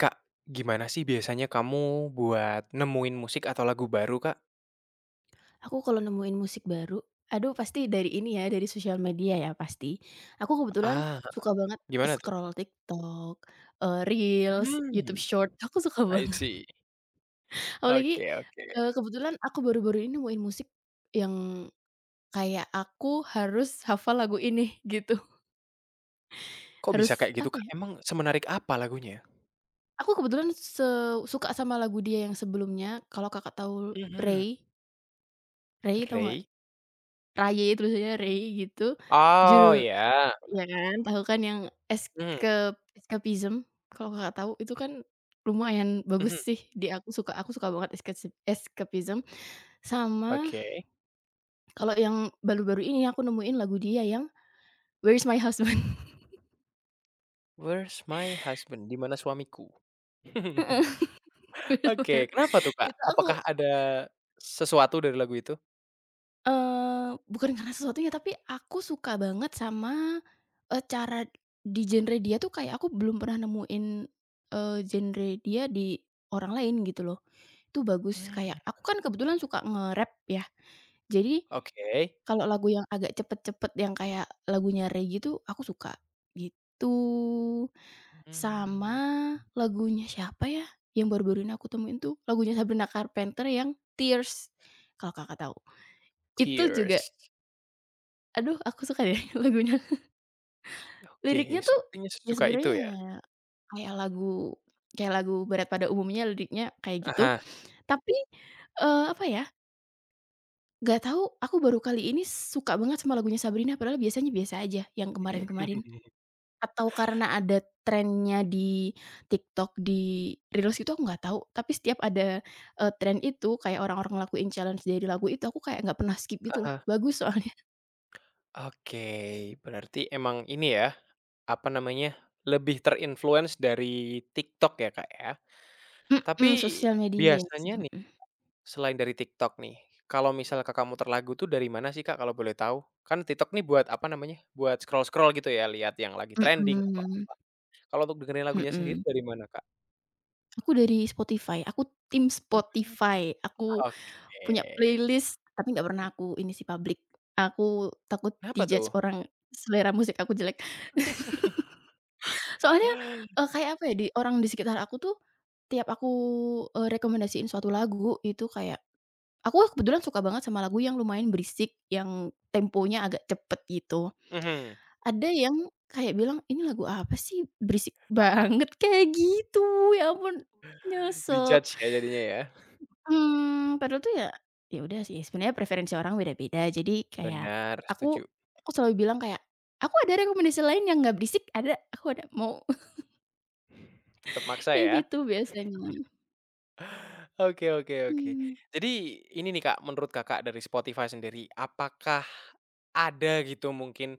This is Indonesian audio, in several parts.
Kak, gimana sih biasanya kamu buat nemuin musik atau lagu baru, Kak? Aku kalau nemuin musik baru, aduh pasti dari ini ya, dari sosial media ya pasti. Aku kebetulan Ah, suka banget gimana tuh? scroll TikTok, Reels, YouTube Hmm, Short, aku suka I banget. see. Apalagi, Oke, oke. Kebetulan aku baru-baru ini nemuin musik yang kayak aku harus hafal lagu ini gitu. Kok bisa Harus kayak gitu, apa Kak? ya, Emang semenarik apa lagunya? aku kebetulan suka sama lagu dia yang sebelumnya, kalau Kakak tahu Mhm. Rey, Rey tahu nggak? Ray. Raye tulisannya Rey gitu. Oh, Judul ya. Iya kan, tahu kan yang Mhm, escapism kalau Kakak tahu itu kan lumayan bagus mhm. sih di aku suka banget escapism sama Oke. kalau yang baru-baru ini aku nemuin lagu dia yang Where's My Husband. Where's my husband? Di mana suamiku? Heeh, Where's My Oke, Husband kenapa tuh, Kak? itu Apakah ada sesuatu dari lagu itu? Bukan karena sesuatunya, tapi aku suka banget sama, cara di genre dia tuh kayak aku belum pernah nemuin, genre dia di orang lain gitu loh. Itu bagus, kayak Mmm, aku kan kebetulan suka nge-rap ya. Jadi, oke. kalau lagu yang agak cepet-cepet yang kayak lagunya Rey gitu, aku suka, gitu. Sama Mmm, lagunya siapa ya, yang baru-baru ini aku temuin tuh, lagunya Sabrina Carpenter yang Tears, kalau Kakak tahu. Itu juga, Tears. aduh aku suka deh lagunya. Oke, Liriknya tuh, sepertinya ya sesuka itu sebenarnya ya? ya, kayak lagu kayak lagu berat pada umumnya liriknya kayak gitu. Aha. Tapi, apa ya, nggak tahu aku baru kali ini suka banget sama lagunya Sabrina padahal biasanya biasa aja yang kemarin-kemarin. Atau karena ada trennya di TikTok, di Reels itu aku nggak tahu, tapi setiap ada, tren itu kayak orang-orang lakuin challenge dari lagu itu, aku kayak nggak pernah skip gitu loh, Ah, bagus soalnya. oke, berarti emang ini ya, apa namanya, lebih ter dari TikTok ya, Kak, ya. Tapi Mhm, sosial media biasanya sih, nih, mhm. selain dari TikTok nih, kalau misal Kakak muter lagu tuh dari mana sih, Kak, kalau boleh tahu? Kan TikTok nih buat apa namanya, buat scroll-scroll gitu ya, lihat yang lagi trending. Mhm Kalau untuk dengerin lagunya sendiri mhm. dari mana, Kak? Aku dari Spotify, aku tim Mhm. Spotify, aku Oke, punya playlist, tapi nggak pernah aku ini sih public. Aku takut kenapa di-judge tuh? orang selera musik aku jelek. Soalnya, kayak apa ya, di orang di sekitar aku tuh tiap aku, rekomendasiin suatu lagu itu kayak aku kebetulan suka banget sama lagu yang lumayan berisik, yang temponya agak cepet gitu. Mhm, Ada yang kayak bilang, "Ini lagu apa sih? Berisik banget," kayak gitu, ya ampun nyesek. di-judge ya jadinya ya. Padahal tuh ya, ya udah sih sebenarnya preferensi orang beda-beda, jadi kayak Benar, aku setuju. aku selalu bilang kayak, "Aku ada rekomendasi lain yang nggak berisik, ada, aku ada, mau." Tetap maksa Kayak ya. gitu biasanya. Oke, oke, oke. Mhm. Jadi ini nih Kak, menurut Kakak dari Spotify sendiri, apakah ada gitu mungkin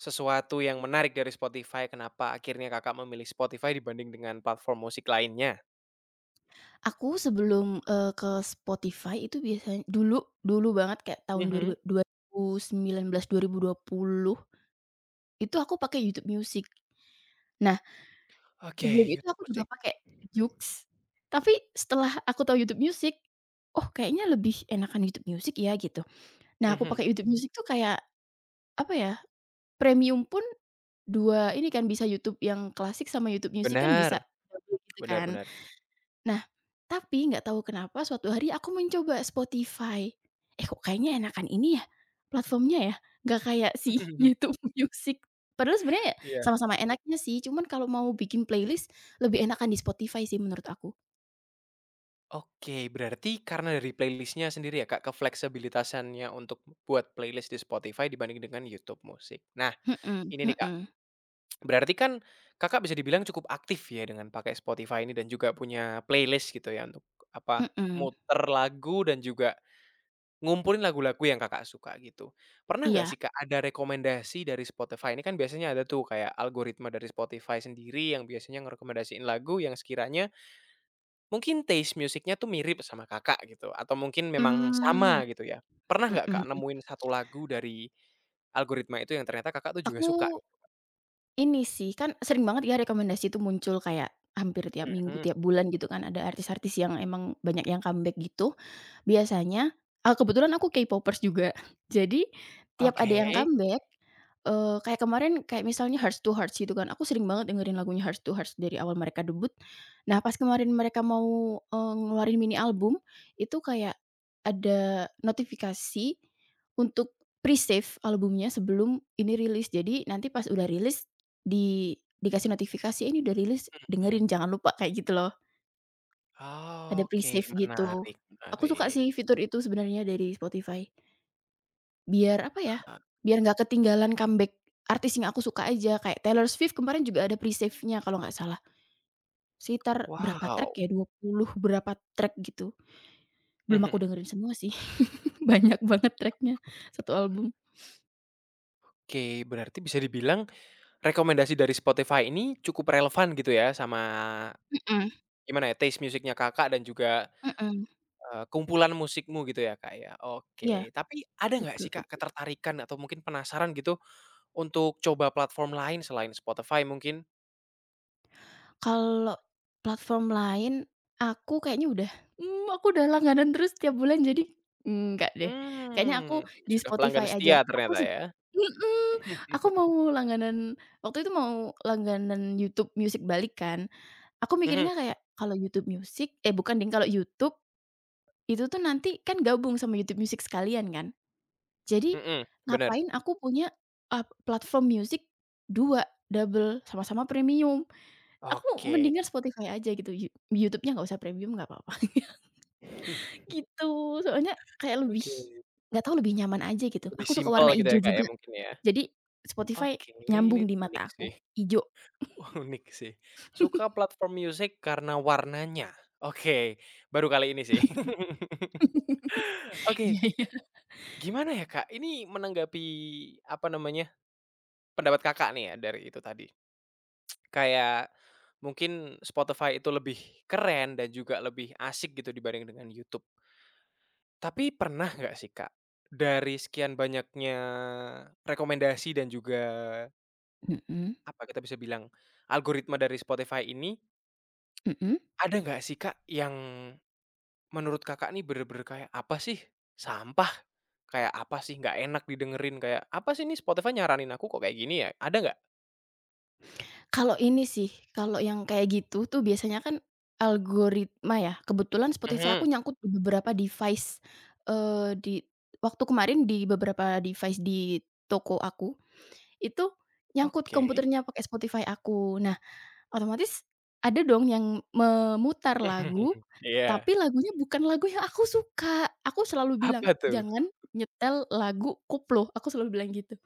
sesuatu yang menarik dari Spotify, kenapa akhirnya Kakak memilih Spotify dibanding dengan platform musik lainnya? Aku sebelum, ke Spotify itu biasanya dulu dulu banget kayak tahun Mhm. 2019 2020 itu aku pakai YouTube Music. Nah Oke, Sebelum itu YouTube aku juga Music. pakai Joox, tapi setelah aku tahu YouTube Music, "Oh, kayaknya lebih enakan YouTube Music ya," gitu. Nah aku Mhm. pakai YouTube Music tuh kayak, apa ya, premium pun 2 ini kan bisa YouTube yang klasik sama YouTube Music kan Benar, bisa double gitu benar kan. benar. Nah, tapi nggak tahu kenapa suatu hari aku mencoba Spotify, "Eh, kok kayaknya enakan ini ya, platformnya ya, nggak kayak si YouTube Music." Padahal sebenarnya ya Iya. sama-sama enaknya sih, cuman kalau mau bikin playlist lebih enakan di Spotify sih menurut aku. Oke, berarti karena dari playlistnya sendiri ya Kak, kefleksibilitasannya untuk buat playlist di Spotify dibanding dengan YouTube Music. Nah, Mhm ini nih Kak, mhm berarti kan Kakak bisa dibilang cukup aktif ya dengan pakai Spotify ini dan juga punya playlist gitu ya untuk apa, mhm, muter lagu dan juga ngumpulin lagu-lagu yang Kakak suka gitu. Pernah nggak iya. sih Kak ada rekomendasi dari Spotify? Ini kan biasanya ada tuh kayak algoritma dari Spotify sendiri yang biasanya ngerekomendasiin lagu yang sekiranya mungkin taste musiknya tuh mirip sama Kakak gitu atau mungkin memang Mmm, sama gitu ya. Pernah mhm nggak Kak mhm. nemuin satu lagu dari algoritma itu yang ternyata Kakak tuh juga suka? Aku ini sih, kan sering banget ya rekomendasi itu muncul kayak hampir tiap minggu, Mhm, tiap bulan gitu kan ada artis-artis yang emang banyak yang comeback gitu. Biasanya kebetulan aku K-popers juga. Jadi tiap ada oke. yang comeback, kayak kemarin kayak misalnya Hearts to Hearts gitu kan, aku sering banget dengerin lagunya Hearts to Hearts dari awal mereka debut. Nah, pas kemarin mereka mau, ngeluarin mini album, itu kayak ada notifikasi untuk pre-save albumnya sebelum ini rilis. Jadi nanti pas udah rilis di dikasih notifikasi, "Eh, ini udah rilis, Mhm. dengerin jangan lupa," kayak gitu loh. Ada Oke, pre-save gitu. menarik, Aku suka menarik, sih fitur itu sebenarnya dari Spotify. Biar apa ya, Kak. biar nggak ketinggalan comeback artis yang aku suka aja, kayak Taylor Swift kemarin juga ada pre-save-nya kalau nggak salah. Sekitar berapa track Wow, ya, 20 berapa track gitu. Belum aku mhm. dengerin semua sih, banyak banget tracknya satu album. Oke, berarti bisa dibilang rekomendasi dari Spotify ini cukup relevan gitu ya sama Mhm gimana ya, taste musiknya Kakak dan juga, mhm. Kumpulan musikmu gitu ya, Kak, ya. Iya, Oke, tapi ada nggak betul sih, Kak, betul. ketertarikan atau mungkin penasaran gitu untuk coba platform lain selain Spotify mungkin? Kalau platform lain, aku kayaknya udah aku udah langganan terus tiap bulan jadi enggak deh, kayaknya aku Hmm, di sudah pelanggan Spotify aja. setia ternyata ya. mhm, aku mau langganan waktu itu mau langganan YouTube Music balik kan, aku Mhm, mikirnya kayak kalau YouTube Music eh bukan deng, kalau YouTube itu tuh nanti kan gabung sama YouTube Music sekalian kan. Jadi mhm, bener. ngapain aku punya, platform musik 2 double, sama-sama premium. Aku Oke. mendingan Spotify aja gitu, YouTube-nya nggak usah premium nggak apa-apa, gitu. Soalnya kayak lebih Oke. nggak tahu lebih nyaman aja gitu. Lebih Aku suka simpel warna gitu ya, ijo Kak, ya juga, mungkin ya? jadi Spotify Oke, ini nyambung di unik mata aku, sih, ijo. unik sih. Suka platform musik karena warnanya. Oke, baru kali ini sih. Oke, Iya iya. gimana ya, Kak, ini menanggapi, apa namanya, pendapat Kakak nih ya dari itu tadi. Kayak mungkin Spotify itu lebih keren dan juga lebih asik gitu dibanding dengan YouTube. Tapi pernah nggak sih, Kak, dari sekian banyaknya rekomendasi dan juga Mhm apa kita bisa bilang, algoritma dari Spotify ini, mhm. ada nggak sih Kak, yang menurut Kakak nih bener-bener kayak, "Apa sih? Sampah? Kayak apa sih? Nggak enak didengerin," kayak, "Apa sih nih Spotify nyaranin aku kok kayak gini ya?" Ada nggak? Kalau ini sih, kalau yang kayak gitu tuh biasanya kan algoritma ya, kebetulan Spotify Mhm. aku nyangkut di beberapa device, di waktu kemarin di beberapa device di toko aku, itu nyangkut Oke. komputernya pakai Spotify aku. Nah, otomatis ada dong yang memutar lagu, Iya. tapi lagunya bukan lagu yang aku suka. Aku selalu bilang, Apa tuh? "Jangan nyetel lagu koplo." Aku selalu bilang gitu.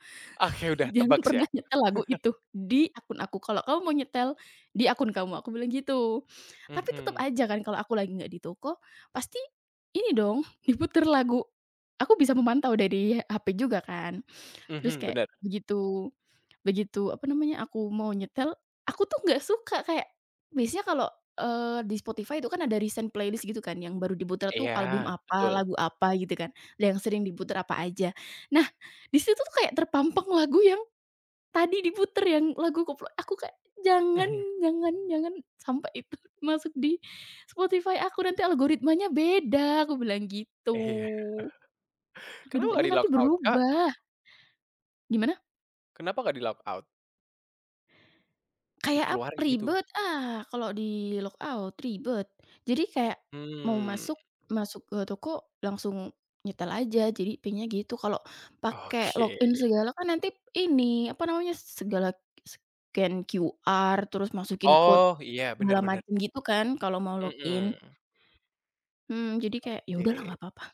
Oke udah "Jangan tebak sih pernah aku. nyetel lagu itu di akun aku. Kalau kamu mau nyetel, di akun kamu." Aku bilang gitu. Tapi tetep Mhm, aja kan kalau aku lagi nggak di toko, pasti ini dong, diputer lagu. Aku bisa memantau dari HP juga kan. Terus mhm, kayak bener. begitu. Begitu, apa namanya, aku mau nyetel, aku tuh nggak suka kayak biasanya kalau, di Spotify itu kan ada recent playlist gitu kan yang baru diputar tuh album Iya, apa, betul. lagu apa gitu kan, dan yang sering diputar apa aja. Nah, di situ tuh kayak terpampang lagu yang tadi diputer, yang lagu koplo aku kayak, "Jangan Mhm, jangan jangan sampai itu masuk di Spotify aku, nanti algoritmanya beda," aku bilang iya. gitu. Kenapa nggak "Algoritmanya nanti di-lockout Kak? berubah." Gimana? Kenapa nggak di-lockout? Kayak Dikeluarin gitu? ribet, ah, kalau di Lookout ribet. Jadi kayak mau Mmm, masuk masuk ke toko langsung nyetel aja, jadi pingnya gitu. Kalau pakai login oke. segala kan nanti ini, apa namanya, segala scan QR terus masukin kode Oh, iya, bener, segala bener. macam gitu kan kalau mau login. Mhm. Mhm, jadi kayak, ya udahlah Oke. nggak apa-apa.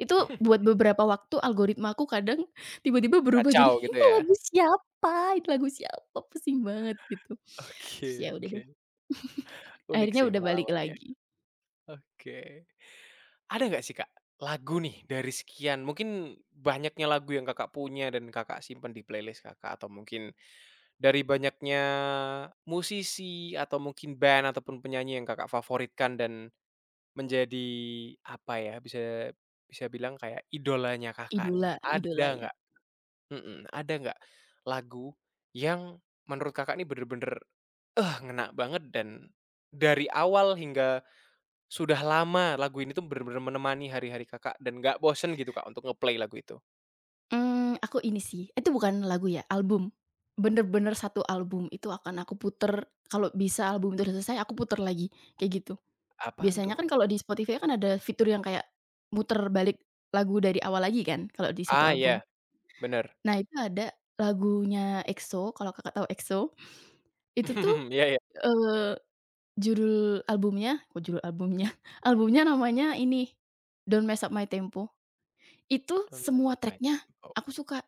Itu buat beberapa waktu algoritmaku kadang tiba-tiba berubah jadi, Kacau gitu "Ini ya? lagu siapa? Ini lagu siapa?" Pusing banget gitu. Terus Oke, ya udah oke. deh. Unik Akhirnya sih udah balik pengalamannya. lagi. Oke. Ada nggak sih, Kak, lagu nih dari sekian mungkin banyaknya lagu yang Kakak punya dan Kakak simpen di playlist Kakak atau mungkin dari banyaknya musisi atau mungkin band ataupun penyanyi yang Kakak favoritkan dan menjadi apa ya, bisa bisa bilang kayak idolanya Kakak nih, Idola ada idola ya? nggak? Mhm, ada nggak lagu yang menurut Kakak nih bener-bener, eh, ngena banget dan dari awal hingga sudah lama lagu ini tuh bener-bener menemani hari-hari Kakak dan nggak bosen gitu, Kak, untuk ngeplay lagu itu. Aku ini sih itu bukan lagu ya, album. Bener-bener satu album itu akan aku puter, kalau bisa album itu udah selesai aku puter lagi, kayak gitu. Apaan Biasanya tuh? kan kalau di Spotify kan ada fitur yang kayak muter balik lagu dari awal lagi kan, kalau di satu Ah, album. ya, bener. Nah itu ada lagunya EXO, kalau Kakak tahu EXO, itu tuh, Ya, ya. eee, judul albumnya kok judul albumnya, albumnya namanya ini, "Don't Mess Up My Tempo." Itu Don't mess semua up my track-nya tempo. aku suka,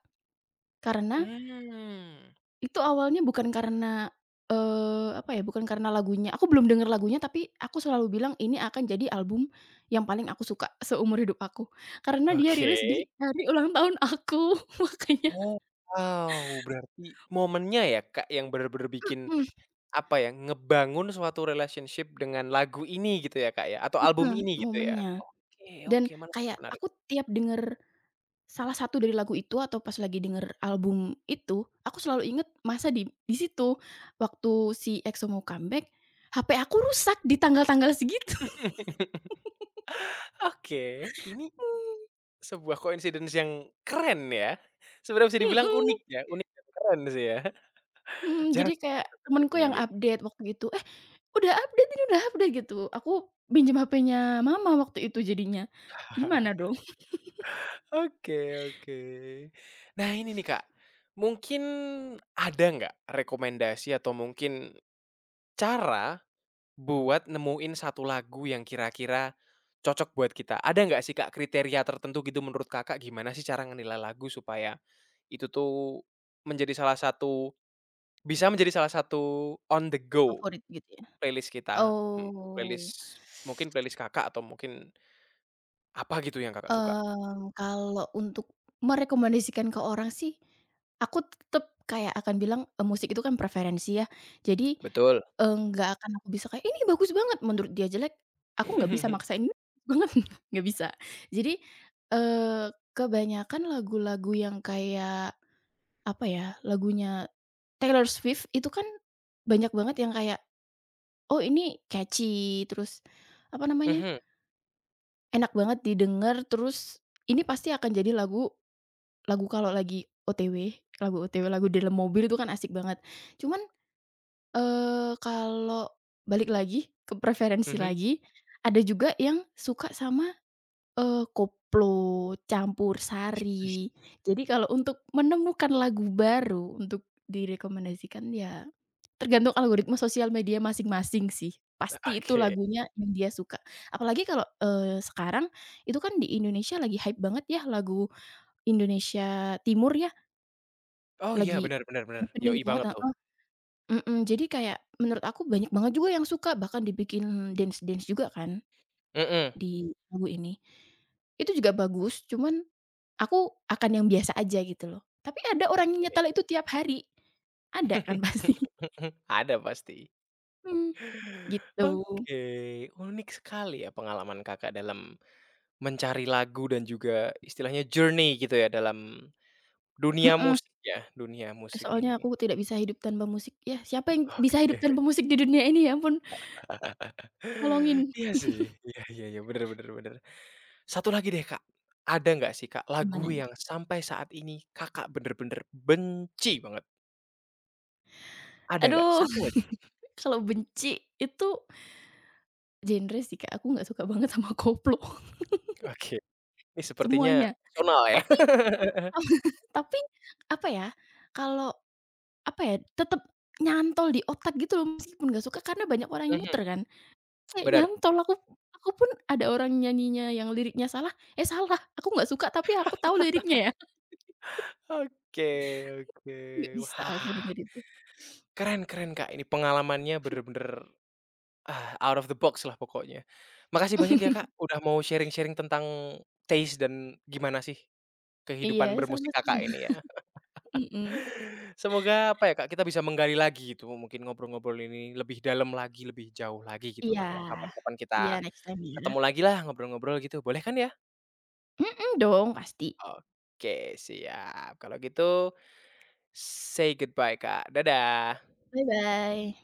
karena Mmm, itu awalnya bukan karena, apa ya, bukan karena lagunya. Aku belum denger lagunya, tapi aku selalu bilang ini akan jadi album yang paling aku suka seumur hidup aku. Karena dia oke. rilis di hari ulang tahun aku, makanya Oh, wow, berarti momennya ya, Kak, yang bener-bener bikin, mhm apa ya, ngebangun suatu relationship dengan lagu ini gitu ya, Kak, ya, atau album mhm, ini gitu ya? momennya. Oke, Dan oke, menarik, kayak menarik. aku tiap denger salah satu dari lagu itu atau pas lagi denger album itu, aku selalu inget masa di situ. Waktu si EXO mau comeback, HP aku rusak di tanggal-tanggal segitu. Oke, ini sebuah coincidence yang keren ya. Sebenarnya bisa dibilang unik Mhm ya, unik dan keren sih ya. mhm, Jarang jadi kayak banget terjadi temenku yang mungkin. update waktu itu, "Eh, udah update ini, udah update," gitu. Aku pinjam HP-nya mama waktu itu jadinya. Gimana dong? Oke, oke. Nah ini nih Kak, mungkin ada nggak rekomendasi atau mungkin cara buat nemuin satu lagu yang kira-kira cocok buat kita? Ada nggak sih Kak kriteria tertentu gitu menurut Kakak gimana sih cara ngenilai lagu supaya itu tuh menjadi salah satu, bisa menjadi salah satu on the go Favorit gitu ya? playlist kita, mhm, Oh. playlist mungkin playlist Kakak atau mungkin apa gitu yang Kakak suka? Kalau untuk merekomendasikan ke orang sih, aku tetep kayak akan bilang, musik itu kan preferensi ya. Jadi, Betul. Nggak akan aku bisa kayak, "Ini bagus banget!" Menurut dia jelek, aku nggak bisa maksain, "Ini banget, nggak bisa. Jadi, eee, kebanyakan lagu-lagu yang kayak, apa ya, lagunya Taylor Swift itu kan banyak banget yang kayak, "Oh, ini catchy," terus, apa namanya, Mhm, enak banget didengar, terus, ini pasti akan jadi lagu Lagu kalau lagi OTW, lagu OTW, lagu dalam mobil itu kan asik banget. Cuman, kalau balik lagi ke preferensi mhm. lagi, ada juga yang suka sama, koplo, campursari. Jadi kalau untuk menemukan lagu baru untuk direkomendasikan ya tergantung algoritma sosial media masing-masing sih. Pasti itu Oke. lagunya yang dia suka. Apalagi kalau, sekarang itu kan di Indonesia lagi hype banget ya lagu Indonesia Timur ya. Oh iya, Lagi bener, bener, bener, happening yoi banget banget tuh. heeh, mhm, jadi kayak menurut aku banyak banget juga yang suka, bahkan dibikin dance-dance juga kan Mhm, di lagu ini. Itu juga bagus, cuman aku akan yang biasa aja gitu loh. Tapi ada orang yang oke. nyetel itu tiap hari, ada kan pasti, Ada pasti. mhm, gitu, Oke, unik sekali ya pengalaman Kakak dalam mencari lagu dan juga istilahnya journey gitu ya dalam dunia heeh, musik ya, dunia musik soalnya ini. aku tidak bisa hidup tanpa musik. Ya siapa yang bisa hidup Oke. tanpa musik di dunia ini ya ampun, tolongin. Iya sih, iya, iya, iya, bener, bener, bener. Satu lagi deh, Kak. Ada nggak sih, Kak, lagu Gimana nih? yang sampai saat ini Kakak bener-bener benci banget? Ada nggak? Aduh, Satu aja. kalau benci itu genre sih Kak, aku nggak suka banget sama koplo. Oke, ini sepertinya Semuanya. personal ya. Tapi tapi apa ya, kalau apa ya, tetap nyantol di otak gitu loh meskipun nggak suka karena banyak orang yang Mhm, muter kan. Kayak bener. nyantol aku pun ada orang nyanyinya yang liriknya salah, eh salah, aku nggak suka tapi aku tahu liriknya ya. Oke, oke. Nggak bisa aku Wah, denger itu. keren, keren, Kak, ini pengalamannya bener-bener, ah, out of the box lah pokoknya. Makasih banyak ya, Kak, udah mau sharing-sharing tentang taste dan gimana sih Iya, kehidupan bermusik Kakak sama-sama. ini ya. Mhm. Semoga apa ya Kak, kita bisa menggali lagi gitu, mungkin ngobrol-ngobrol ini lebih dalam lagi, lebih jauh lagi Iya. gitulah ya, kapan-kapan kita Iya next time ya. ketemu lagi lah ngobrol-ngobrol gitu, boleh kan ya? Mhm dong, pasti. Oke siap, kalau gitu say goodbye Kak, dadah. Bye-bye.